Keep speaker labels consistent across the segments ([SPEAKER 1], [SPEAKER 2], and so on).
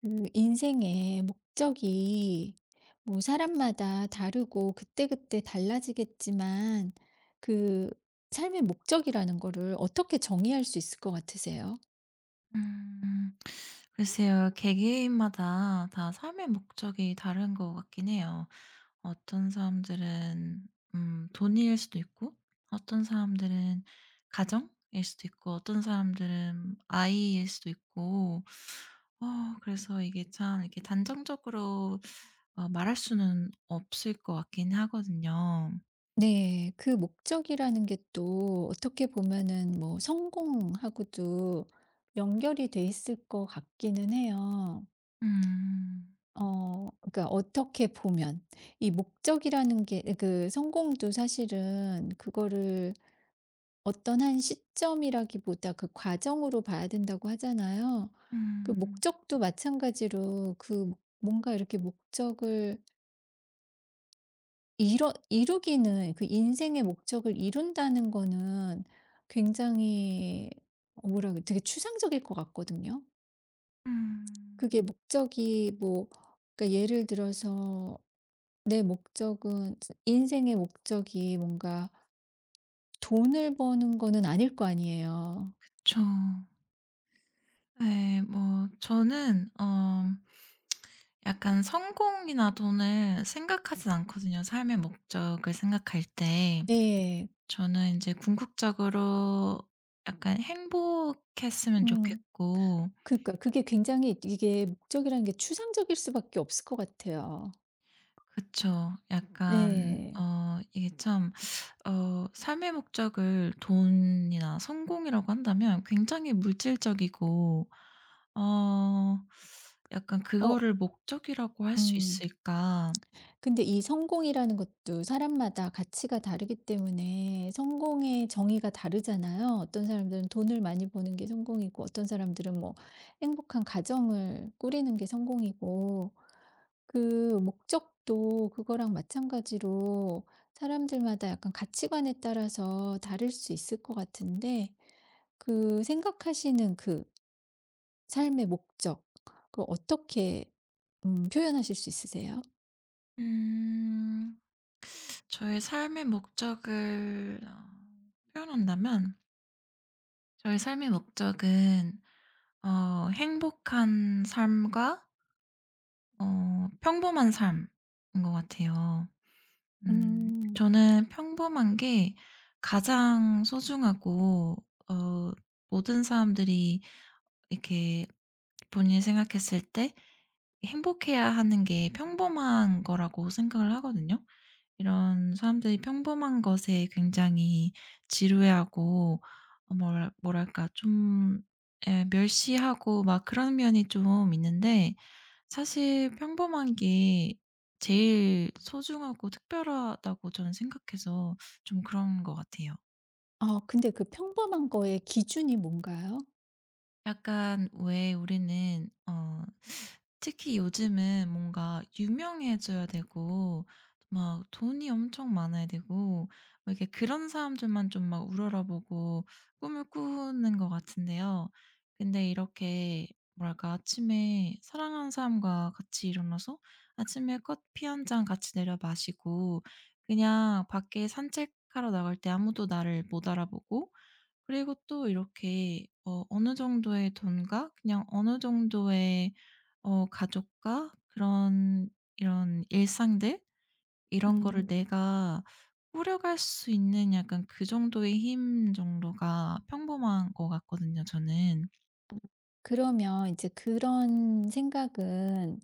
[SPEAKER 1] 그 인생의 목적이 뭐 사람마다 다르고 그때그때 달라지겠지만 그 삶의 목적이라는 거를 어떻게 정의할 수 있을 것 같으세요?
[SPEAKER 2] 음. 글쎄요. 개개인마다 다 삶의 목적이 다른 것 같긴 해요. 어떤 사람들은 돈일 수도 있고 어떤 사람들은 가정일 수도 있고 어떤 사람들은 아이일 수도 있고 그래서 이게 참 이렇게 단정적으로 말할 수는 없을 것 같긴 하거든요.
[SPEAKER 1] 네. 그 목적이라는 게 또 어떻게 보면은 뭐 성공하고도 연결이 돼 있을 것 같기는 해요.
[SPEAKER 2] 음.
[SPEAKER 1] 그러니까 어떻게 보면 이 목적이라는 게 그 성공도 사실은 그거를 어떤 한 시점이라기보다 그 과정으로 봐야 된다고 하잖아요. 그
[SPEAKER 2] 음.
[SPEAKER 1] 목적도 마찬가지로 그 뭔가 이렇게 목적을 이뤄 이루기는 그 인생의 목적을 이룬다는 거는 굉장히 뭐라 그래 되게 추상적일 것 같거든요.
[SPEAKER 2] 음.
[SPEAKER 1] 그게 목적이 뭐 그러니까 예를 들어서 내 목적은 인생의 목적이 뭔가 돈을 버는 거는 아닐 거 아니에요.
[SPEAKER 2] 그쵸. 네. 뭐 저는 약간 성공이나 돈을 생각하진 않거든요, 삶의 목적을 생각할 때.
[SPEAKER 1] 네.
[SPEAKER 2] 저는 이제 궁극적으로 약간 행복했으면
[SPEAKER 1] 음.
[SPEAKER 2] 좋겠고.
[SPEAKER 1] 그러니까 그게 굉장히 이게 목적이라는 게 추상적일 수밖에 없을 것 같아요.
[SPEAKER 2] 그쵸. 약간
[SPEAKER 1] 네.
[SPEAKER 2] 이게 참, 삶의 목적을 돈이나 성공이라고 한다면 굉장히 물질적이고 어 약간
[SPEAKER 1] 어
[SPEAKER 2] '그거를 목적이라고 할 수
[SPEAKER 1] 음.
[SPEAKER 2] 있을까?'
[SPEAKER 1] 근데 이 성공이라는 것도 사람마다 가치가 다르기 때문에 성공의 정의가 다르잖아요. 어떤 사람들은 돈을 많이 버는 게 성공이고, 어떤 사람들은 뭐 행복한 가정을 꾸리는 게 성공이고, 그 목적도 그거랑 마찬가지로 사람들마다 약간 가치관에 따라서 다를 수 있을 것 같은데, 그 생각하시는 그 삶의 목적, 그 어떻게 표현하실 수 있으세요?
[SPEAKER 2] 음. 저의 삶의 목적을 표현한다면 저의 삶의 목적은 행복한 삶과 평범한 삶인 것 같아요.
[SPEAKER 1] 음.
[SPEAKER 2] 저는 평범한 게 가장 소중하고 어 모든 사람들이 이렇게 본인이 생각했을 때 행복해야 하는 게 평범한 거라고 생각을 하거든요. 이런 사람들이 평범한 것에 굉장히 지루해하고 뭐랄까 좀, 예, 멸시하고 막 그런 면이 좀 있는데 사실 평범한 게 제일 소중하고 특별하다고 저는 생각해서 좀 그런 것 같아요.
[SPEAKER 1] 어 근데 그 평범한 거의 기준이 뭔가요?
[SPEAKER 2] 약간 왜 우리는, 특히 요즘은 뭔가 유명해져야 되고 막 돈이 엄청 많아야 되고 뭐 이렇게 그런 사람들만 좀 막 우러러보고 꿈을 꾸는 것 같은데요. 근데 이렇게 뭐랄까 아침에 사랑하는 사람과 같이 일어나서 아침에 커피 한 잔 같이 내려 마시고 그냥 밖에 산책하러 나갈 때 아무도 나를 못 알아보고 그리고 또 이렇게 어느 정도의 돈과 그냥 어느 정도의 가족과 그런 이런 일상들, 이런 거를
[SPEAKER 1] 음
[SPEAKER 2] 내가 꾸려갈 수 있는 약간 그 정도의 힘 정도가 평범한 것 같거든요, 저는.
[SPEAKER 1] 그러면 이제 그런 생각은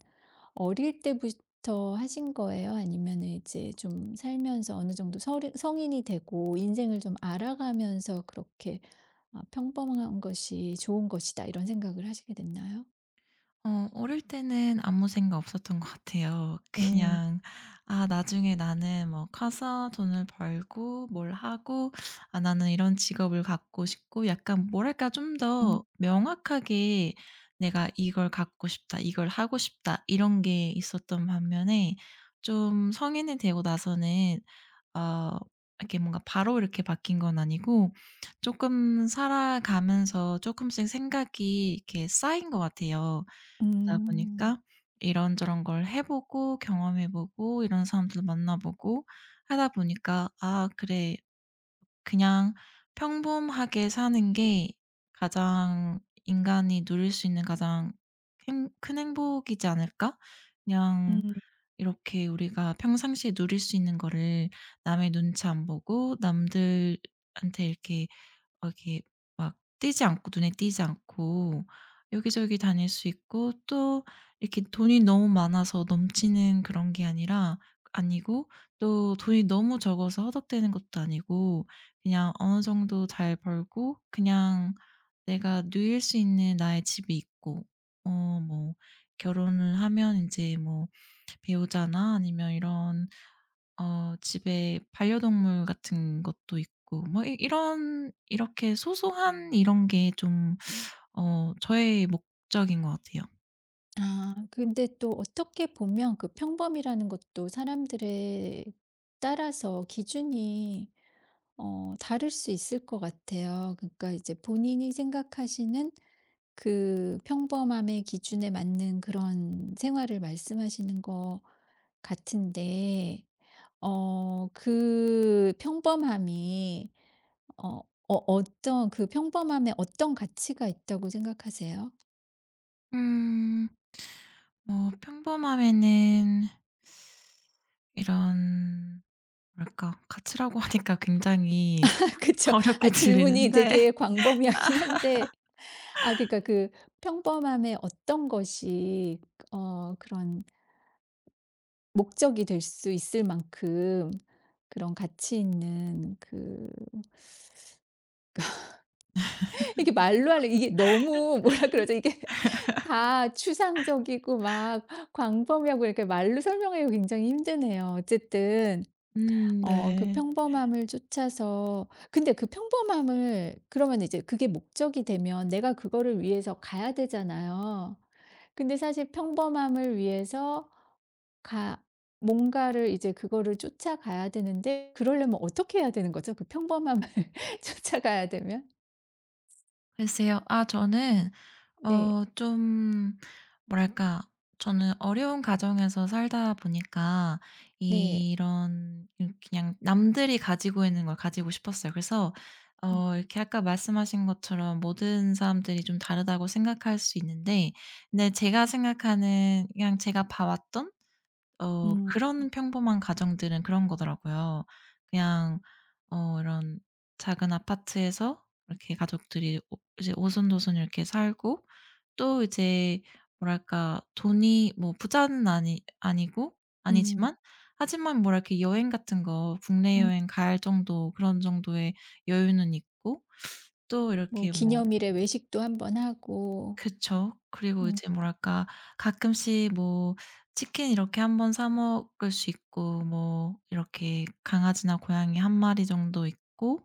[SPEAKER 1] 어릴 때부터 하신 거예요? 아니면 이제 좀 살면서 어느 정도 서 성인이 되고 인생을 좀 알아가면서 그렇게 아 '평범한 것이 좋은 것이다.' 이런 생각을 하시게 됐나요?
[SPEAKER 2] 어 어릴 때는 아무 생각 없었던 것 같아요.
[SPEAKER 1] 음.
[SPEAKER 2] 그냥 '아 나중에 나는 뭐 커서 돈을 벌고 뭘 하고 아 나는 이런 직업을 갖고 싶고' 약간 뭐랄까 좀 더
[SPEAKER 1] 음.
[SPEAKER 2] 명확하게 '내가 이걸 갖고 싶다. 이걸 하고 싶다.' 이런 게 있었던 반면에 좀 성인이 되고 나서는 어 이렇게 뭔가 바로 이렇게 바뀐 건 아니고 조금 살아가면서 조금씩 생각이 이렇게 쌓인 것 같아요. 그러다
[SPEAKER 1] 음.
[SPEAKER 2] 보니까 이런저런 걸 해 보고 경험해 보고 이런 사람들 만나 보고 하다 보니까 '아 그래. 그냥 평범하게 사는 게 가장, 인간이 누릴 수 있는 가장 행 큰 행복이지 않을까? 그냥
[SPEAKER 1] 음.
[SPEAKER 2] 이렇게 우리가 평상시에 누릴 수 있는 거를 남의 눈치 안 보고 남들한테 이렇게 막 띄지 않고 눈에 띄지 않고 여기저기 다닐 수 있고 또 이렇게 돈이 너무 많아서 넘치는 그런 게 아니라 아니고 또 돈이 너무 적어서 허덕대는 것도 아니고 그냥 어느 정도 잘 벌고 그냥 내가 누릴 수 있는 나의 집이 있고 뭐 결혼을 하면 인제 뭐 배우자나 아니면 이런, 집에 반려동물 같은 것도 있고 뭐 이런 이렇게 소소한 이런 게 좀 저의 목적인 것 같아요.
[SPEAKER 1] 아 근데 또 어떻게 보면 그 평범이라는 것도 사람들에 따라서 기준이 다를 수 있을 것 같아요. 그러니까 이제 본인이 생각하시는 그 평범함의 기준에 맞는 그런 생활을 말씀하시는 것 같은데 어 그 평범함이 어 어떤 그 평범함에 어떤 가치가 있다고 생각하세요?
[SPEAKER 2] 음. 뭐 평범함에는 이런 뭐랄까 가치라고 하니까 굉장히
[SPEAKER 1] 아, 그쵸.
[SPEAKER 2] 어렵게
[SPEAKER 1] 아 질문이
[SPEAKER 2] 들리는데.
[SPEAKER 1] 되게 광범위하긴 한데 아 그러니까 그 평범함에 어떤 것이 그런 목적이 될 수 있을 만큼 그런 가치 있는 그 이게 말로 하려 이게 너무 뭐라 그러죠? 이게 다 추상적이고 막 광범위하고 이렇게 말로 설명하기가 굉장히 힘드네요. 어쨌든 어 그
[SPEAKER 2] 네.
[SPEAKER 1] 평범함을 쫓아서 근데 그 평범함을 그러면 이제 그게 목적이 되면 내가 그거를 위해서 가야 되잖아요. 근데 사실 평범함을 위해서 가 뭔가를 이제 그거를 쫓아가야 되는데 그러려면 어떻게 해야 되는 거죠? 그 평범함을 쫓아가야 되면?
[SPEAKER 2] 글쎄요. 아 저는
[SPEAKER 1] 네.
[SPEAKER 2] 좀 뭐랄까, 저는 어려운 가정에서 살다 보니까
[SPEAKER 1] 네.
[SPEAKER 2] 이런, 그냥 남들이 가지고 있는 걸 가지고 싶었어요. 그래서
[SPEAKER 1] 음.
[SPEAKER 2] 이렇게 아까 말씀하신 것처럼 모든 사람들이 좀 다르다고 생각할 수 있는데, 근데 제가 생각하는 그냥 제가 봐 왔던
[SPEAKER 1] 음.
[SPEAKER 2] 그런 평범한 가정들은 그런 거더라고요. 그냥 이런 작은 아파트에서 이렇게 가족들이 오 이제 오손도손 이렇게 살고 또 이제 뭐랄까 돈이 뭐 부자는 아니 아니고
[SPEAKER 1] 음.
[SPEAKER 2] 아니지만 하지만 뭐랄 이렇게 여행 같은 거 국내
[SPEAKER 1] 음.
[SPEAKER 2] 여행 갈 정도 그런 정도의 여유는 있고 또
[SPEAKER 1] 뭐
[SPEAKER 2] 이렇게 뭐.
[SPEAKER 1] 기념일에 외식도 한번 하고.
[SPEAKER 2] 그쵸. 그리고
[SPEAKER 1] 음.
[SPEAKER 2] 이제 뭐랄까 가끔씩 뭐 치킨 이렇게 한번 사 먹을 수 있고 뭐 이렇게 강아지나 고양이 한 마리 정도 있고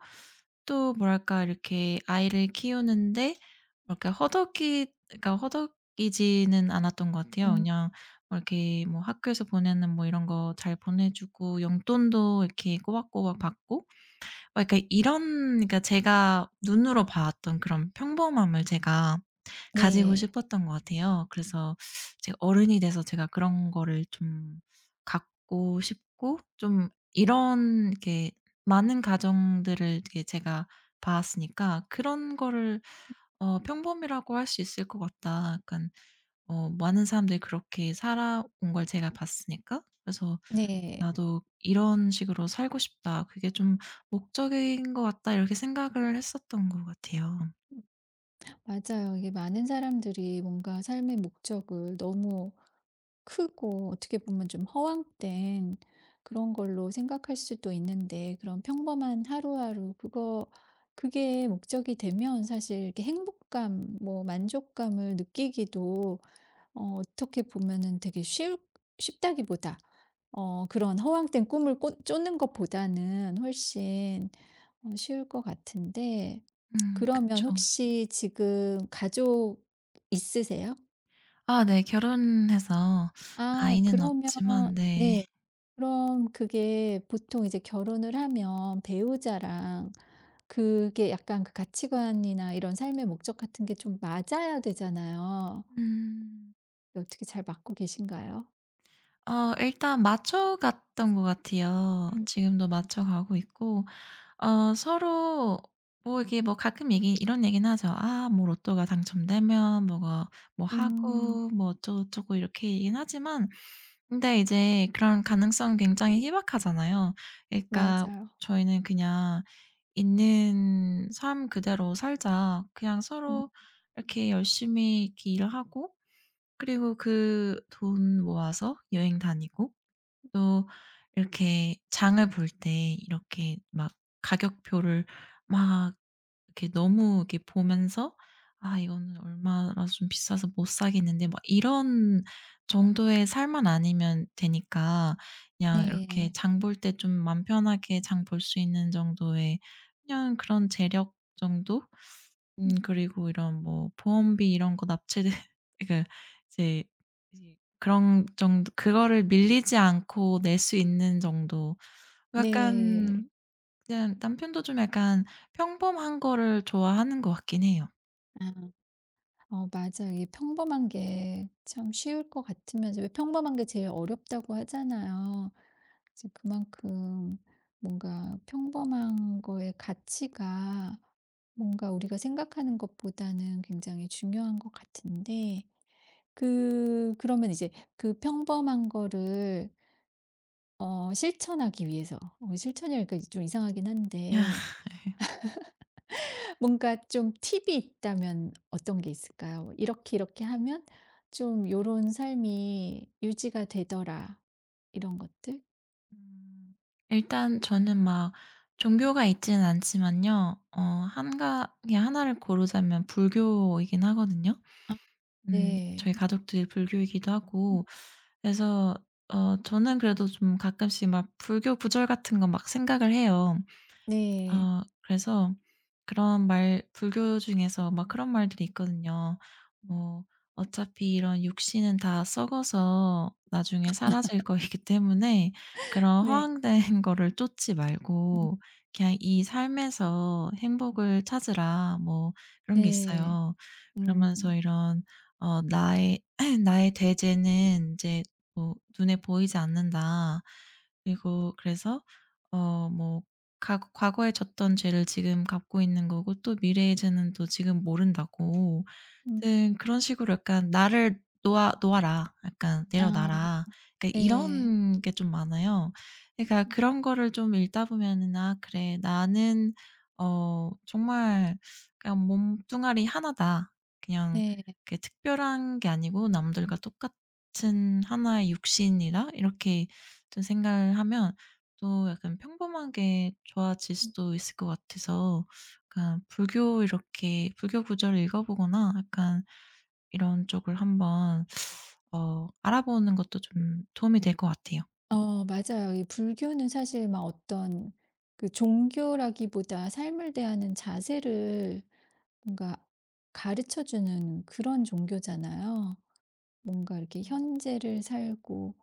[SPEAKER 2] 또 뭐랄까 이렇게 아이를 키우는데 뭐랄까 허덕이지는 않았던 것 같아요.
[SPEAKER 1] 음.
[SPEAKER 2] 그냥 뭐 이렇게 뭐 학교에서 보내는 뭐 이런 거 잘 보내 주고 용돈도 이렇게 꼬박꼬박 받고 막 그러니까 이런, 그러니까 제가 눈으로 봤던 그런 평범함을 제가 가지고
[SPEAKER 1] 네.
[SPEAKER 2] 싶었던 것 같아요. 그래서 제가 어른이 돼서 제가 그런 거를 좀 갖고 싶고 좀 이런, 이렇게 많은 가정들을 이렇게 제가 봤으니까 '그런 거를 평범이라고 할 수 있을 것 같다.' 약간 많은 사람들이 그렇게 살아온 걸 제가 봤으니까. 그래서
[SPEAKER 1] 네.
[SPEAKER 2] '나도 이런 식으로 살고 싶다. 그게 좀 목적인 것 같다.' 이렇게 생각을 했었던 것 같아요.
[SPEAKER 1] 맞아요. 이게 많은 사람들이 뭔가 삶의 목적을 너무 크고 어떻게 보면 좀 허황된 그런 걸로 생각할 수도 있는데 그런 평범한 하루하루 그거 그게 목적이 되면 사실 이렇게 행복감, 뭐 만족감을 느끼기도 어, 어떻게 보면은 되게 쉬 쉽다기보다 어, 그런 허황된 꿈을 꿔, 쫓는 것보다는 훨씬 어, 쉬울 것 같은데 그러면
[SPEAKER 2] 그쵸.
[SPEAKER 1] 혹시 지금 가족 있으세요?
[SPEAKER 2] 아 네. 결혼해서
[SPEAKER 1] 아
[SPEAKER 2] 아이는
[SPEAKER 1] 그러면
[SPEAKER 2] 없지만. 네.
[SPEAKER 1] 네. 그럼 그게 보통 이제 결혼을 하면 배우자랑 그게 약간 그 가치관이나 이런 삶의 목적 같은 게 좀 맞아야 되잖아요.
[SPEAKER 2] 음.
[SPEAKER 1] 근데 어떻게 잘 맞고 계신가요?
[SPEAKER 2] 어 일단 맞춰갔던 것 같아요.
[SPEAKER 1] 음.
[SPEAKER 2] 지금도 맞춰가고 있고, 서로 뭐 이게 뭐 가끔 얘기 이런 얘기는 하죠. "아 뭐 로또가 당첨되면 뭐가 뭐
[SPEAKER 1] 음.
[SPEAKER 2] 하고 뭐 어쩌고저쩌고." 이렇게 얘기는 하지만, 근데 이제 그런 가능성은 굉장히 희박하잖아요. 그러니까
[SPEAKER 1] 맞아요.
[SPEAKER 2] 저희는 그냥 있는 삶 그대로 살자. 그냥
[SPEAKER 1] 음.
[SPEAKER 2] 서로 이렇게 열심히 이렇게 일하고 그리고 그 돈 모아서 여행 다니고 또 이렇게 장을 볼 때 이렇게 막 가격표를 막 이렇게 너무 이렇게 보면서 '아 이거는 얼마라서 좀 비싸서 못 사겠는데.' 막 이런 정도의 살만 아니면 되니까 그냥 이렇게
[SPEAKER 1] 네.
[SPEAKER 2] 장 볼 때 좀 맘 편하게 장 볼 수 있는 정도의, 그냥 그런 재력 정도?
[SPEAKER 1] 음.
[SPEAKER 2] 그리고 이런 뭐 보험비 이런 거 납치된 그러니까 이제 이제 그런 정도, 그거를 밀리지 않고 낼 수 있는 정도, 뭐
[SPEAKER 1] 네.
[SPEAKER 2] 약간 그냥 남편도 좀 약간 평범한 거를 좋아하는 것 같긴 해요.
[SPEAKER 1] 아. 어 맞아요. 이게 평범한 게 참 쉬울 것 같으면서 왜 평범한 게 제일 어렵다고 하잖아요. 이제 그만큼 뭔가 평범한 거의 가치가 뭔가 우리가 생각하는 것보다는 굉장히 중요한 것 같은데 그 그러면 이제 그 평범한 거를 실천하기 위해서 어 실천이랄까 좀 이상하긴 한데 뭔가 좀 팁이 있다면 어떤 게 있을까요? 이렇게 이렇게 하면 좀 요런 삶이 유지가 되더라. 이런 것들?
[SPEAKER 2] 음. 일단 저는 막 종교가 있지는 않지만요. 어 한가 그냥 나를 고르자면 불교이긴 하거든요.
[SPEAKER 1] 아. 네.
[SPEAKER 2] 저희 가족들이 불교이기도
[SPEAKER 1] 음
[SPEAKER 2] 하고. 그래서 저는 그래도 좀 가끔씩 막 불교 구절 같은 거 막 생각을 해요.
[SPEAKER 1] 네.
[SPEAKER 2] 아 그래서 그런 말 불교 중에서 막 그런 말들이 있거든요. 뭐 "어차피 이런 육신은 다 썩어서 나중에 사라질 거이기 때문에 그런
[SPEAKER 1] 네.
[SPEAKER 2] 허황된 거를 쫓지
[SPEAKER 1] 음
[SPEAKER 2] 말고 그냥 이 삶에서 행복을 찾으라." 뭐 그런 게
[SPEAKER 1] 네.
[SPEAKER 2] 있어요. 그러면서
[SPEAKER 1] 음.
[SPEAKER 2] 이런, "나의 나의 대재는 이제 뭐 눈에 보이지 않는다." 그리고 그래서 어뭐 가- 과거에 졌던 죄를 지금 갚고 있는 거고 또 미래의 죄는 또 지금 모른다고.
[SPEAKER 1] 음.
[SPEAKER 2] 아무튼 그런 식으로 약간 "나를 놓아 놓아라." 약간
[SPEAKER 1] 아
[SPEAKER 2] "내려놔라." 그러니까
[SPEAKER 1] 네.
[SPEAKER 2] 이런 게 좀 많아요. 그러니까
[SPEAKER 1] 음
[SPEAKER 2] 그런 거를 좀 읽다 보면은 '아 그래. 나는 정말 그냥 몸뚱아리 하나다. 그냥
[SPEAKER 1] 네.
[SPEAKER 2] 이렇게 특별한 게 아니고 남들과 똑같은 하나의 육신이라' 이렇게 좀 생각을 하면 또 약간 평범하게 좋아질
[SPEAKER 1] 음
[SPEAKER 2] 수도 있을 것 같아서 약간 불교 구절을 읽어 보거나 약간 이런 쪽을 한번 알아보는 것도 좀 도움이 될 것 같아요.
[SPEAKER 1] 어 맞아요. 이 불교는 사실 막 어떤 그 종교라기보다 삶을 대하는 자세를 뭔가 가르쳐 주는 그런 종교잖아요. 뭔가 이렇게
[SPEAKER 2] 음.
[SPEAKER 1] 현재를 살고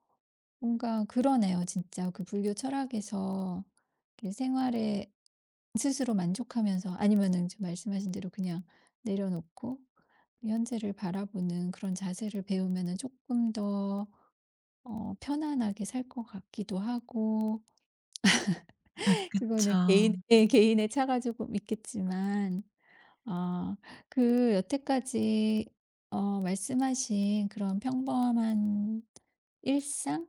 [SPEAKER 1] 뭔가 그러네요, 진짜. 그 불교 철학에서 이렇게 생활에 스스로 만족하면서 아니면은 지금 말씀하신 대로 그냥 내려놓고 현재를 바라보는 그런 자세를 배우면은 금더 편안하게 살 것 같기도 하고
[SPEAKER 2] 아,
[SPEAKER 1] 그거는
[SPEAKER 2] 그쵸.
[SPEAKER 1] 개인의 차가 조금 있겠지만 아 그 여태까지 말씀하신 그런 평범한 일상?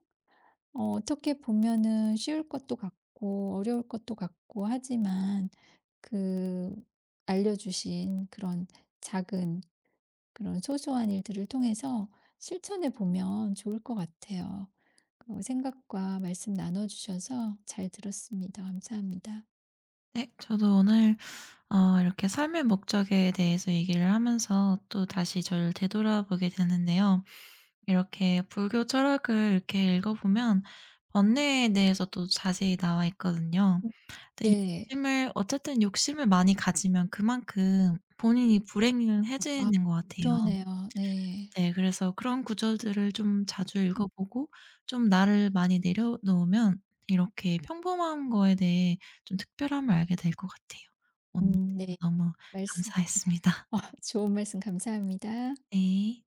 [SPEAKER 1] 어 어떻게 보면은 쉬울 것도 같고 어려울 것도 같고 하지만 그 알려 주신 그런 작은 그런 소소한 일들을 통해서 실천해 보면 좋을 것 같아요. 그 생각과 말씀 나눠 주셔서 잘 들었습니다. 감사합니다.
[SPEAKER 2] 네. 저도 오늘 이렇게 삶의 목적에 대해서 얘기를 하면서 또 다시 저를 되돌아보게 되는데요. 이렇게 불교 철학을 이렇게 읽어보면 번뇌에 대해서 또 자세히 나와 있거든요.
[SPEAKER 1] 음
[SPEAKER 2] 근데
[SPEAKER 1] 네.
[SPEAKER 2] 욕심을 어쨌든 욕심을 많이 가지면 그만큼 본인이 불행을
[SPEAKER 1] 아
[SPEAKER 2] 해지는 것 같아요.
[SPEAKER 1] 그러네요. 네.
[SPEAKER 2] 네. 그래서 그런 구절들을 좀 자주 읽어
[SPEAKER 1] 음
[SPEAKER 2] 보고 좀 나를 많이 내려놓으면 이렇게 평범한 거에 대해 좀 특별함을 알게 될 것 같아요. 오늘
[SPEAKER 1] 네.
[SPEAKER 2] 너무
[SPEAKER 1] 말씀
[SPEAKER 2] 감사했습니다.
[SPEAKER 1] 아 좋은 말씀 감사합니다.
[SPEAKER 2] 네.